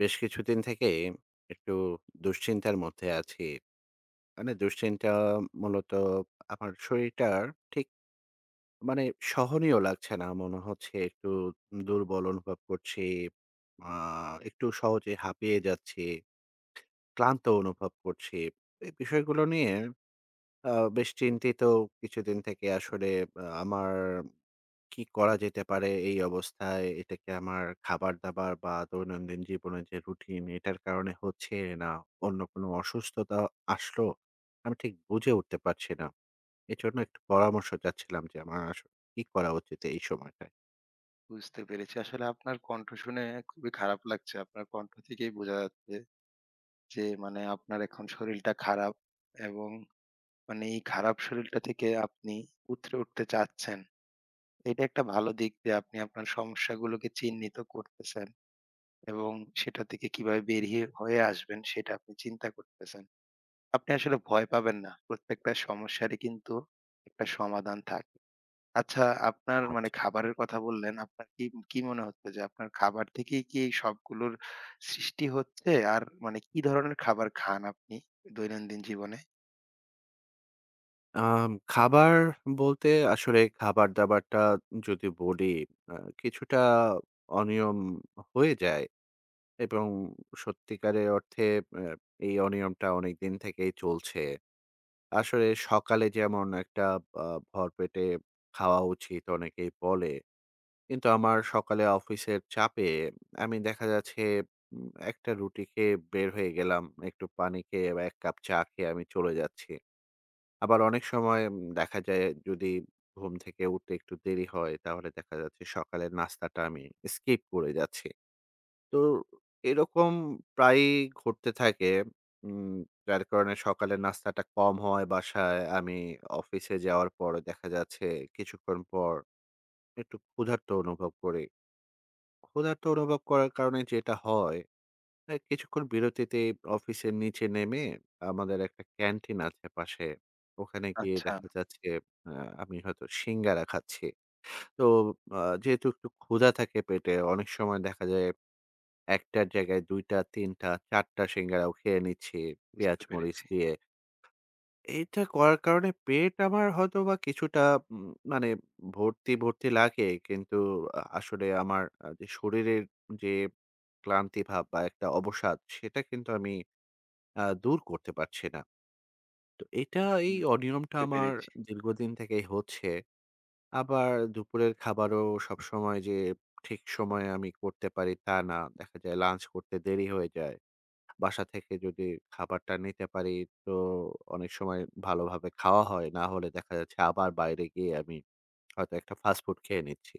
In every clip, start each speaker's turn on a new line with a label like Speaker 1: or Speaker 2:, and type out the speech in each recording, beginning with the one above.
Speaker 1: বেশ কিছুদিন থেকে একটু দুশ্চিন্তার মধ্যে আছি। মানে দুশ্চিন্তা মূলত আমার শরীরটা ঠিক মানে সহনীয় লাগছে না। মনে হচ্ছে একটু দুর্বল অনুভব করছি। আ একটু সহজে হাঁপিয়ে যাচ্ছি, ক্লান্ত অনুভব করছি। এই বিষয়গুলো নিয়ে আ বেশ চিন্তিত কিছুদিন থেকে আসলে আমার কি করা যেতে পারে এই অবস্থায়? এটা কি আমার খাবার-দাবার বা দৈনন্দিন জীবনের যে রুটিন এটার কারণে হচ্ছে, না অন্য কোনো অসুস্থতা আসলো? আমি ঠিক বুঝে উঠতে পারছি না। এজন্য একটু পরামর্শ চাচ্ছিলাম যে আমার আসলে কি করা উচিত এই সময়টায়?
Speaker 2: বুঝতে পেরেছি। আসলে আপনার কণ্ঠ শুনে খুবই খারাপ লাগছে। আপনার কণ্ঠ থেকেই বোঝা যাচ্ছে যে মানে আপনার এখন শরীরটা খারাপ এবং মানে এই খারাপ শরীরটা থেকে আপনি উতরে উঠতে চাচ্ছেন। এটা একটা ভালো দিক যে আপনি আপনার সমস্যাগুলোকে চিহ্নিত করতেছেন এবং সেটা থেকে কিভাবে বেরিয়ে হয়ে আসবেন সেটা আপনি চিন্তা করতেছেন। আপনি আসলে ভয় পাবেন না। প্রত্যেকটা সমস্যারই কিন্তু একটা সমাধান থাকে। আচ্ছা, আপনার মানে
Speaker 1: আচ্ছা।
Speaker 2: খাবারের কথা বললেন। আপনার কি কি মনে হচ্ছে যে আপনার খাবার থেকেই কি এই সবগুলোর সৃষ্টি হচ্ছে? আর মানে কি ধরনের খাবার খান আপনি দৈনন্দিন জীবনে?
Speaker 1: খাবার বলতে আসলে খাবার-দাবারটা যদি বলি আ কিছুটা অনিয়ম হয়ে যায়। এবং সত্যিকারে অর্থে অ্যা এই অনিয়মটা অনেকদিন থেকেই চলছে। আসলে সকালে যেমন একটা আ ভরপেটে খাওয়া উচিত অনেকেই বলে। কিন্তু আমার সকালে অফিসের চাপে আমি দেখা যাচ্ছে একটা রুটি খেয়ে বের হয়ে গেলাম। একটু পানি খেয়ে বা ১ কাপ চা খেয়ে আমি চলে যাচ্ছি। আবার অনেক সময় দেখা যায় যদি ঘুম থেকে উঠতে একটু দেরি হয় তাহলে দেখা যাচ্ছে সকালের নাস্তাটা আমি স্কিপ করে যাচ্ছি। তো এরকম প্রায়ই ঘটতে থাকে। উম যার কারণে সকালের নাস্তাটা কম হয় বাসায়। আমি অফিসে যাওয়ার পর দেখা যাচ্ছে কিছুক্ষণ পর একটু ক্ষুধার্ত অনুভব করি। ক্ষুধার্ত অনুভব করার কারণে যেটা হয়, এ কিছুক্ষণ বিরতিতে অফিসের নিচে নেমে আমাদের একটা ক্যান্টিন আছে পাশে। ওখানে গিয়ে
Speaker 2: আচ্ছা।
Speaker 1: দেখা যাচ্ছে আ আমি হয়তো সিঙ্গারা খাচ্ছি। তো আ যেহেতু একটু ক্ষুধা থাকে পেটে অনেক সময় দেখা যায় একটার জায়গায় ২ টা, ৩ টা, ৪ টা সিঙ্গারাও খেয়ে নিচ্ছি পেঁয়াজ
Speaker 2: বুঝতে
Speaker 1: মরিচ
Speaker 2: পেরেছি।
Speaker 1: দিয়ে। এইটা করার কারণে পেট আমার হয়তোবা কিছুটা উম মানে ভর্তি, ভর্তি লাগে। কিন্তু আসলে আমার যে শরীরের যে ক্লান্তি ভাব বা একটা অবসাদ সেটা কিন্তু আমি দূর করতে পারছি না। তো এটা এই
Speaker 2: হুম।
Speaker 1: অনিয়মটা
Speaker 2: বুঝতে
Speaker 1: আমার
Speaker 2: পেরেছি।
Speaker 1: দীর্ঘদিন থেকেই হচ্ছে। আবার দুপুরের খাবারও সবসময় যে ঠিক সময়ে আমি করতে পারি তা না। দেখা যায় লাঞ্চ করতে দেরি হয়ে যায়। বাসা থেকে যদি খাবারটা নিতে পারি তো অনেক সময় ভালোভাবে খাওয়া হয়। না হলে দেখা যাচ্ছে আবার বাইরে গিয়ে আমি হয়তো একটা ফাস্ট ফুড খেয়ে নিচ্ছি।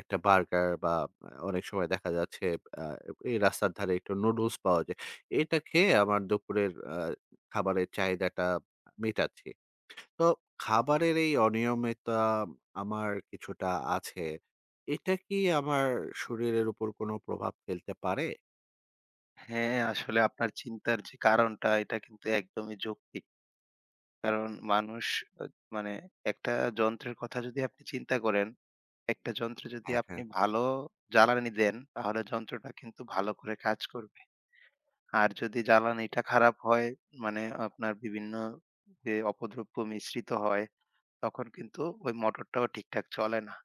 Speaker 1: একটা বার্গার বা অনেক সময় দেখা যাচ্ছে আ এই রাস্তার ধারে একটু নুডলস পাওয়া যায়। এটা খেয়ে আমার দুপুরের খাবারের চাহিদাটা মেটাচ্ছি। তো খাবারের এই অনিয়মিতা আমার কিছুটা আছে। এটা কি আমার শরীরের উপর কোনো প্রভাব ফেলতে পারে?
Speaker 2: হ্যাঁ, আসলে আপনার চিন্তার যে কারণটা এটা কিন্তু একদমই যৌক্তিক। কারণ মানুষ আ মানে একটা যন্ত্রের কথা যদি আপনি চিন্তা করেন, একটা যন্ত্রে যদি
Speaker 1: হ্যাঁ,
Speaker 2: আপনি
Speaker 1: হ্যাঁ।
Speaker 2: ভালো জ্বালানি দেন তাহলে যন্ত্রটা কিন্তু ভালো করে কাজ করবে। আর যদি জ্বালানিটা খারাপ হয় মানে আপনার বিভিন্ন যে অপদ্রব্য মিশ্রিত হয়, তখন কিন্তু ওই মোটরটাও ঠিকঠাক চলে না।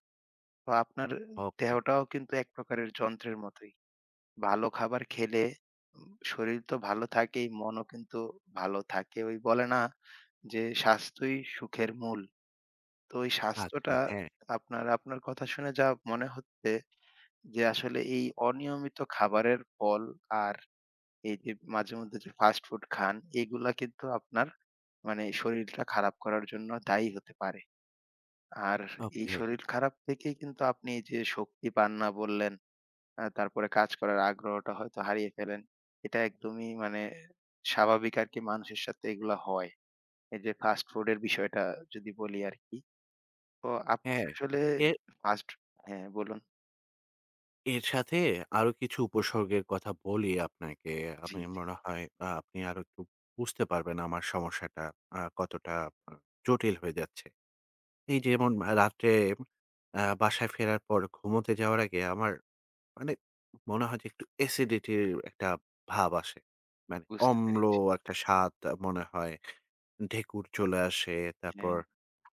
Speaker 2: তো আপনার
Speaker 1: ওকে।
Speaker 2: দেহটাও কিন্তু এক প্রকারের যন্ত্রের মতোই। ভালো খাবার খেলে শরীর তো ভালো থাকেই, মনও কিন্তু ভালো থাকে। ওই বলে না যে, "স্বাস্থ্যই সুখের মূল।" তো ওই
Speaker 1: আচ্ছা,
Speaker 2: স্বাস্থ্যটা
Speaker 1: হ্যাঁ।
Speaker 2: আপনার আপনার কথা শুনে যা মনে হচ্ছে যে আসলে এই অনিয়মিত খাবারের ফল আর এই যে মাঝেমধ্যে যে ফাস্ট ফুড খান, এগুলা কিন্তু আপনার মানে শরীরটা খারাপ করার জন্য দায়ী হতে পারে। আর এই
Speaker 1: ওকে,
Speaker 2: শরীর খারাপ থেকেই কিন্তু আপনি এই যে শক্তি পান না বললেন, তারপরে কাজ করার আগ্রহটা হয়তো হারিয়ে ফেলেন। এটা একদমই মানে স্বাভাবিক আরকি মানুষের সাথে এগুলা হয়। এই যে ফাস্ট ফুডের বিষয়টা যদি বলি আরকি। তো আপনি
Speaker 1: হ্যাঁ।
Speaker 2: আসলে
Speaker 1: এর
Speaker 2: ফাস্ট হ্যাঁ বলুন।
Speaker 1: এর সাথে আরো কিছু উপসর্গের কথা বলি আপনাকে।
Speaker 2: জি,
Speaker 1: আমি
Speaker 2: জি,
Speaker 1: মনে হয় আপনি আরো একটু বুঝতে পারবেন আমার সমস্যাটা কতটা আ জটিল হয়ে যাচ্ছে। এই যেমন রাত্রে বাসায় ফেরার পর ঘুমোতে যাওয়ার আগে আমার মানে মনে হয় যে একটু এসিডিটির একটা ভাব আসে। মানে
Speaker 2: বুঝতে
Speaker 1: অম্ল
Speaker 2: পেরেছি।
Speaker 1: একটা স্বাদ মনে হয়, ঢেঁকুর চলে আসে।
Speaker 2: হ্যাঁ,
Speaker 1: তারপর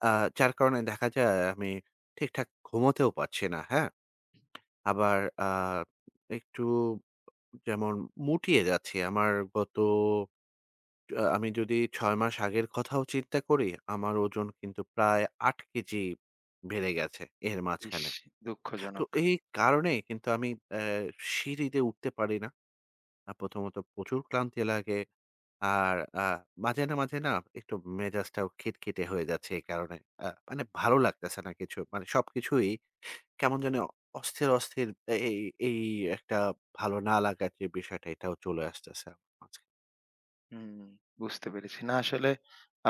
Speaker 1: আ যার কারণে দেখা যায় আমি ঠিকঠাক ঘুমোতেও পারছি না, হ্যাঁ? আবার একটু যেমন মুটিয়ে যাচ্ছি। আমার গত আ আমি যদি ৬ মাস আগের কথাও চিন্তা করি, আমার ওজন কিন্তু প্রায় ৮ কেজি বেড়ে গেছে এর
Speaker 2: ইস!
Speaker 1: মাঝখানে। তো
Speaker 2: দুঃখজনক।
Speaker 1: এই কারণে কিন্তু আমি সিঁড়িতে উঠতে পারি না। প্রথমত প্রচুর ক্লান্তি লাগে। আর আ মাঝে না, মাঝে না একটু মেজাজটাও খিটখিটে হয়ে যাচ্ছে এই কারণে। মানে ভালো লাগতেছে না কিছু। মানে সবকিছুই কেমন যেন অস্থির, অস্থির এ এই এই একটা ভালো না লাগার যে বিষয়টা এটাও চলে আসতেছে আমার মাঝখানে।
Speaker 2: হুম, বুঝতে পেরেছি। না আসলে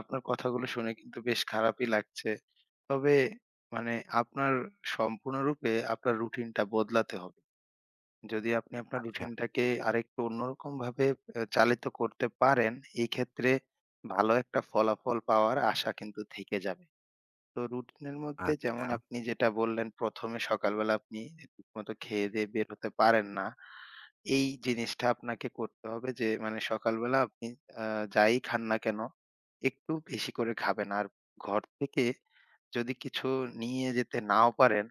Speaker 2: আপনার কথাগুলো শুনে কিন্তু বেশ খারাপই লাগছে। তবে মানে আপনার সম্পূর্ণরূপে আপনার রুটিনটা বদলাতে হবে। যদি আপনি আপনার
Speaker 1: আচ্ছা,
Speaker 2: রুটিনটাকে আরেকটু অন্যরকমভাবে চালিত করতে পারেন, এই ক্ষেত্রে ভালো একটা ফলাফল পাওয়ার আশা কিন্তু থেকে যাবে। তো রুটিনের মধ্যে যেমন
Speaker 1: আচ্ছা,
Speaker 2: আপনি যেটা বললেন ১ম এ সকালবেলা আপনি ঠিকমতো খেয়ে-দেয়ে বের হতে পারেন না। এই জিনিসটা আপনাকে করতে হবে যে মানে সকালবেলা আপনি আ যাই খান না কেন, একটু বেশি করে খাবেন। আর ঘর থেকে যদি কিছু নিয়ে যেতে নাও পারেন,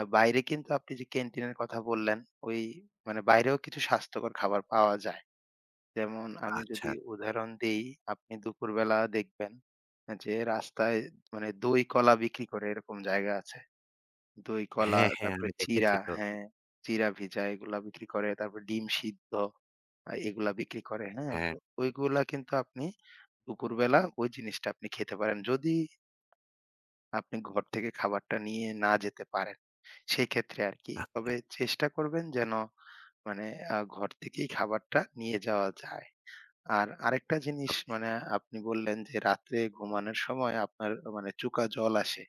Speaker 2: বাইরে কিন্তু আপনি যে ক্যান্টিনের কথা বললেন, ওই মানে বাইরেও কিছু স্বাস্থ্যকর খাবার পাওয়া যায়। যেমন আমি
Speaker 1: আচ্ছা।
Speaker 2: যদি উদাহরণ দেই, আপনি দুপুরবেলা দেখবেন যে রাস্তায় মানে দই কলা বিক্রি করে এরকম জায়গা আছে। দই কলা,
Speaker 1: হ্যাঁ, হ্যাঁ,
Speaker 2: তারপরে
Speaker 1: আমি
Speaker 2: চিড়া,
Speaker 1: দেখেছি তো।
Speaker 2: হ্যাঁ, চিড়া ভিজা এগুলা বিক্রি করে। তারপর ডিম সিদ্ধ। এগুলা বিক্রি করে, হ্যাঁ?
Speaker 1: হ্যাঁ,
Speaker 2: তো ওইগুলা কিন্তু আপনি দুপুরবেলা ওই জিনিসটা আপনি খেতে পারেন। যদি আপনি ঘর থেকে খাবারটা নিয়ে না যেতে পারেন, সেই ক্ষেত্রে আরকি। তবে
Speaker 1: আচ্ছা,
Speaker 2: চেষ্টা করবেন যেন মানে ঘর থেকেই খাবারটা নিয়ে যাওয়া যায়। আর আরেকটা জিনিস
Speaker 1: ওকে।
Speaker 2: মানে আপনি বললেন যে রাত্রে ঘুমানোর সময় আপনার মানে চুকা জল আসে।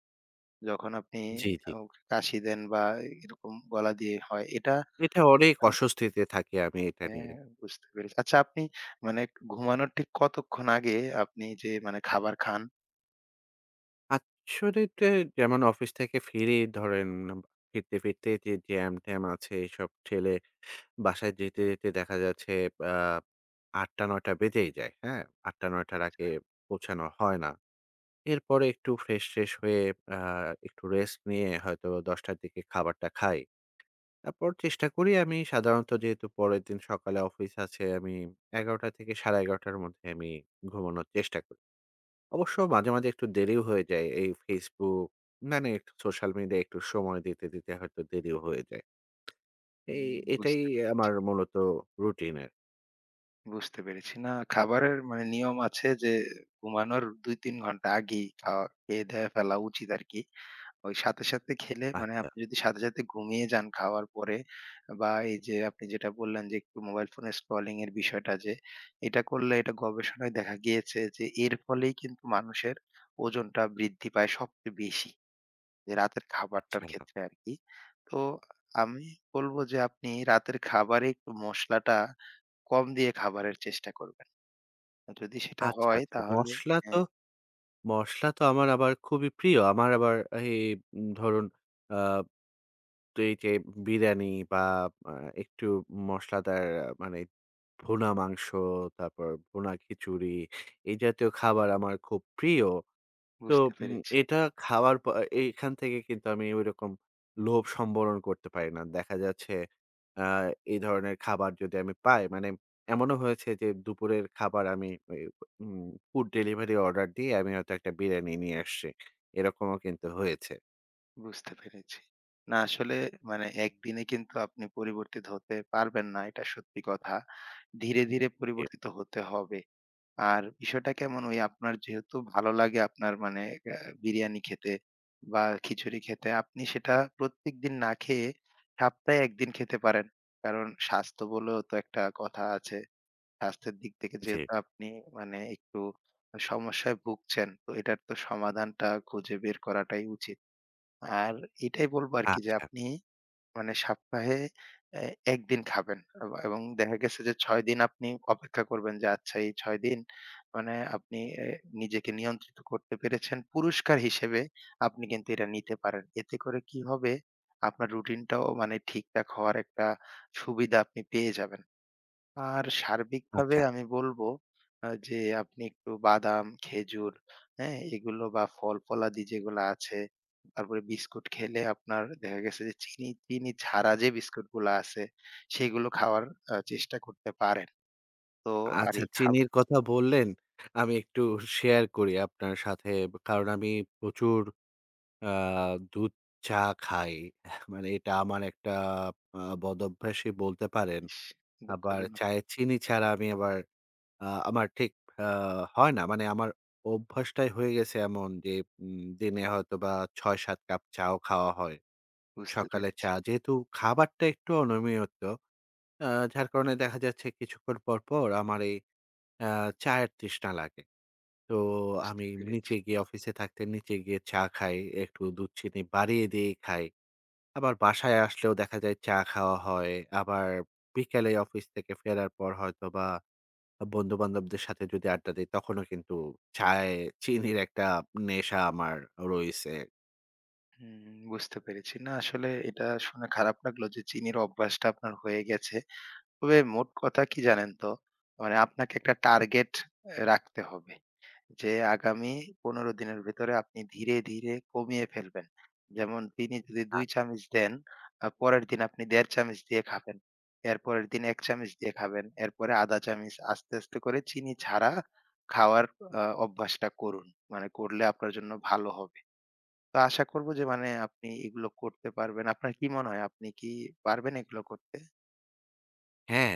Speaker 2: যখন আপনি
Speaker 1: জি, জি।
Speaker 2: আ কাশি দেন বা এরকম গলা দিয়ে হয়। এটা,
Speaker 1: এটা অনেক অস্বস্তিতে থাকি আমি এটা নিয়ে।
Speaker 2: হ্যাঁ, বুঝতে পেরেছি। আচ্ছা আপনি মানে ঘুমানোর ঠিক কতক্ষণ আগে আপনি যে মানে খাবার খান?
Speaker 1: আসলে যেমন অফিস থেকে ফিরে ধরেন ফিরতে, ফিরতে যে জ্যাম-ট্যাম আছে এসব ঠেলে বাসায় যেতে, যেতে দেখা যাচ্ছে আ ৮:০০ ৯:০০ বেজেই যায়। হ্যাঁ? ৮:০০ ৯:০০ র আগে পৌঁছানো হয় না। এরপরে একটু ফ্রেশ-ট্রেশ হয়ে আ একটু রেস্ট নিয়ে হয়তো ১০:০০ র দিকে খাবারটা খাই। তারপর চেষ্টা করি, আমি সাধারণত যেহেতু পরের দিন সকালে অফিস আছে আমি ১১:০০ থেকে ১১:৩০ র মধ্যে আমি ঘুমানোর চেষ্টা করি। অবশ্য মাঝে, মাঝে একটু দেরিও হয়ে যায়। এই Facebook মানে একটু সোশ্যাল মিডিয়ায় একটু সময় দিতে, দিতে হয়তো দেরিও হয়ে যায়। এই
Speaker 2: হুম,
Speaker 1: এটাই
Speaker 2: বুঝতে পেরেছি,
Speaker 1: আমার মূলত রুটিন এর
Speaker 2: বুঝতে পেরেছি। না খাবারের মানে নিয়ম আছে যে ঘুমানোর ২-৩ ঘন্টা আগেই খাওয়া খেয়ে-দেয়ে ফেলা উচিত আরকি। ওই সাথে, সাথে খেলে মানে
Speaker 1: আচ্ছা,
Speaker 2: আপনি যদি সাথে, সাথে ঘুমিয়ে যান খাওয়ার পরে বা এই যে আপনি যেটা বললেন যে একটু মোবাইল ফোনে স্ক্রলিং এর বিষয়টা যে এটা করলে এটা গবেষণায় দেখা গিয়েছে যে এর ফলেই কিন্তু মানুষের ওজনটা বৃদ্ধি পায় সবচেয়ে বেশি। যে রাতের
Speaker 1: আচ্ছা,
Speaker 2: খাবারটার ক্ষেত্রে আরকি। তো আমি বলব যে আপনি রাতের খাবারে একটু মসলাটা কম দিয়ে খাবারের চেষ্টা করবেন। যদি সেটা
Speaker 1: আচ্ছা,
Speaker 2: হয়
Speaker 1: আচ্ছা
Speaker 2: তাহলে,
Speaker 1: মসলা তো
Speaker 2: হ্যাঁ,
Speaker 1: মশলা তো আমার আবার খুবই প্রিয়। আমার আবার এই ধরুন আ তো এই যে বিরিয়ানি বা আ একটু মশলাদার মানে ভুনা মাংস, তারপর ভুনা খিচুড়ি এই জাতীয় খাবার আমার খুব প্রিয়। তো
Speaker 2: বুঝতে পেরেছি,
Speaker 1: এটা খাওয়ার প এইখান থেকে কিন্তু আমি ঐরকম লোভ সম্বরণ করতে পারি না। দেখা যাচ্ছে আ এই ধরনের খাবার যদি আমি পাই মানে এমনও হয়েছে যে দুপুরের খাবার আমি ওই উম ফুড ডেলিভারি অর্ডার দিয়ে আমি হয়তো একটা বিরিয়ানি নিয়ে আসছি। এরকমও কিন্তু হয়েছে।
Speaker 2: বুঝতে পেরেছি। না আসলে মানে একদিনে কিন্তু আপনি পরিবর্তিত হতে পারবেন না, এটা সত্যি কথা। ধীরে, ধীরে
Speaker 1: জি,
Speaker 2: পরিবর্তিত হতে হবে। আর বিষয়টা কেমন? ওই আপনার যেহেতু ভালো লাগে আপনার মানে আ বিরিয়ানি খেতে বা খিচুড়ি খেতে, আপনি সেটা প্রত্যেকদিন না খেয়ে সপ্তাহে ১ দিন খেতে পারেন। কারণ স্বাস্থ্য বলেও তো একটা কথা আছে। স্বাস্থ্যের দিক থেকে
Speaker 1: জি।
Speaker 2: যেহেতু আপনি মানে একটু সমস্যায় ভুগছেন, তো এটার তো সমাধানটা খুঁজে বের করাটাই উচিত। আর এটাই বলব আরকি যে
Speaker 1: আচ্ছা,
Speaker 2: আপনি মানে সপ্তাহে এ ১ দিন খাবেন এবং দেখা গেছে যে ৬ দিন আপনি অপেক্ষা করবেন যে আচ্ছা এই ৬ দিন মানে আপনি এ নিজেকে নিয়ন্ত্রিত করতে পেরেছেন। পুরস্কার হিসেবে আপনি কিন্তু এটা নিতে পারেন। এতে করে কি হবে? আপনার রুটিনটাও মানে ঠিকঠাক হওয়ার একটা সুবিধা আপনি পেয়ে যাবেন। আর সার্বিকভাবে
Speaker 1: আচ্ছা,
Speaker 2: আমি বলবো যে আপনি একটু বাদাম, খেজুর, হ্যাঁ? এগুলো বা ফল-ফলাদি যেগুলো আছে, তারপরে বিস্কুট খেলে আপনার দেখা গেছে যে চিনি চিনি ছাড়া যে বিস্কুটগুলা আছে, সেগুলো খাওয়ার চেষ্টা করতে পারেন। তো আর
Speaker 1: আচ্ছা
Speaker 2: এই খাবার
Speaker 1: চিনির কথা বললেন। আমি একটু শেয়ার করি আপনার সাথে কারণ আমি প্রচুর আ দুধ চা খাই। মানে এটা আমার একটা বদঅভ্যাসই বলতে পারেন।
Speaker 2: ইস!
Speaker 1: আবার
Speaker 2: দুঃখজনক।
Speaker 1: চায়ে চিনি ছাড়া আমি আবার আমার ঠিক আ হয় না। মানে আমার অভ্যাসটাই হয়ে গেছে এমন যে দিনে হয়তোবা ৬-৭ কাপ চাও খাওয়া হয়।
Speaker 2: বুঝতে
Speaker 1: সকালে
Speaker 2: পেরেছি,
Speaker 1: চা যেহেতু খাবারটা একটু অনিয়মিত, আ যার কারণে দেখা যাচ্ছে কিছুক্ষণ পর, পর আমার এই আ চায়ের তৃষ্ণা লাগে। তো
Speaker 2: বুঝতে
Speaker 1: আমি
Speaker 2: পেরেছি।
Speaker 1: নিচে গিয়ে, অফিসে থাকতে নিচে গিয়ে চা খাই। একটু দুধ চিনি বাড়িয়ে দিয়েই খাই। আবার বাসায় আসলেও দেখা যায় চা খাওয়া হয়। আবার বিকালে অফিস থেকে ফেরার পর হয়তোবা বন্ধু-বান্ধবদের সাথে যদি আড্ডা দেই, তখনও কিন্তু চায়ে চিনির একটা নেশা আমার রইছে।
Speaker 2: হুম, বুঝতে পেরেছি। না আসলে এটা শুনে খারাপ লাগলো যে চিনির অভ্যাসটা আপনার হয়ে গেছে। তবে মোট কথা কি জানেন তো? মানে আপনাকে একটা টার্গেট রাখতে হবে। যে আগামী ১৫ দিনের ভেতরে আপনি ধীরে, ধীরে কমিয়ে ফেলবেন। যেমন তিনি যদি ২ চামচ দেন, পরের দিন আপনি ১.৫ চামচ দিয়ে খাবেন। এরপরের দিন ১ চামচ দিয়ে খাবেন। এরপরে ০.৫ চামচ আস্তে, আস্তে করে চিনি ছাড়া খাওয়ার অভ্যাসটা করুন। মানে করলে আপনার জন্য ভালো হবে। তো আশা করব যে মানে আপনি এগুলো করতে পারবেন। আপনার কি মনে হয়? আপনি কি পারবেন এগুলো করতে?
Speaker 1: হ্যাঁ,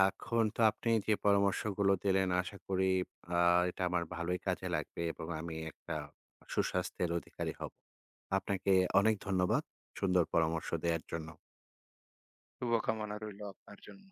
Speaker 1: এখন তো আপনি যে পরামর্শগুলো দিলেন আশা করি আ এটা আমার ভালোই কাজে লাগবে এবং আমি একটা সুস্বাস্থ্যের অধিকারী হব। আপনাকে অনেক ধন্যবাদ সুন্দর পরামর্শ দেয়ার জন্য।
Speaker 2: শুভকামনা রইলো আপনার জন্য।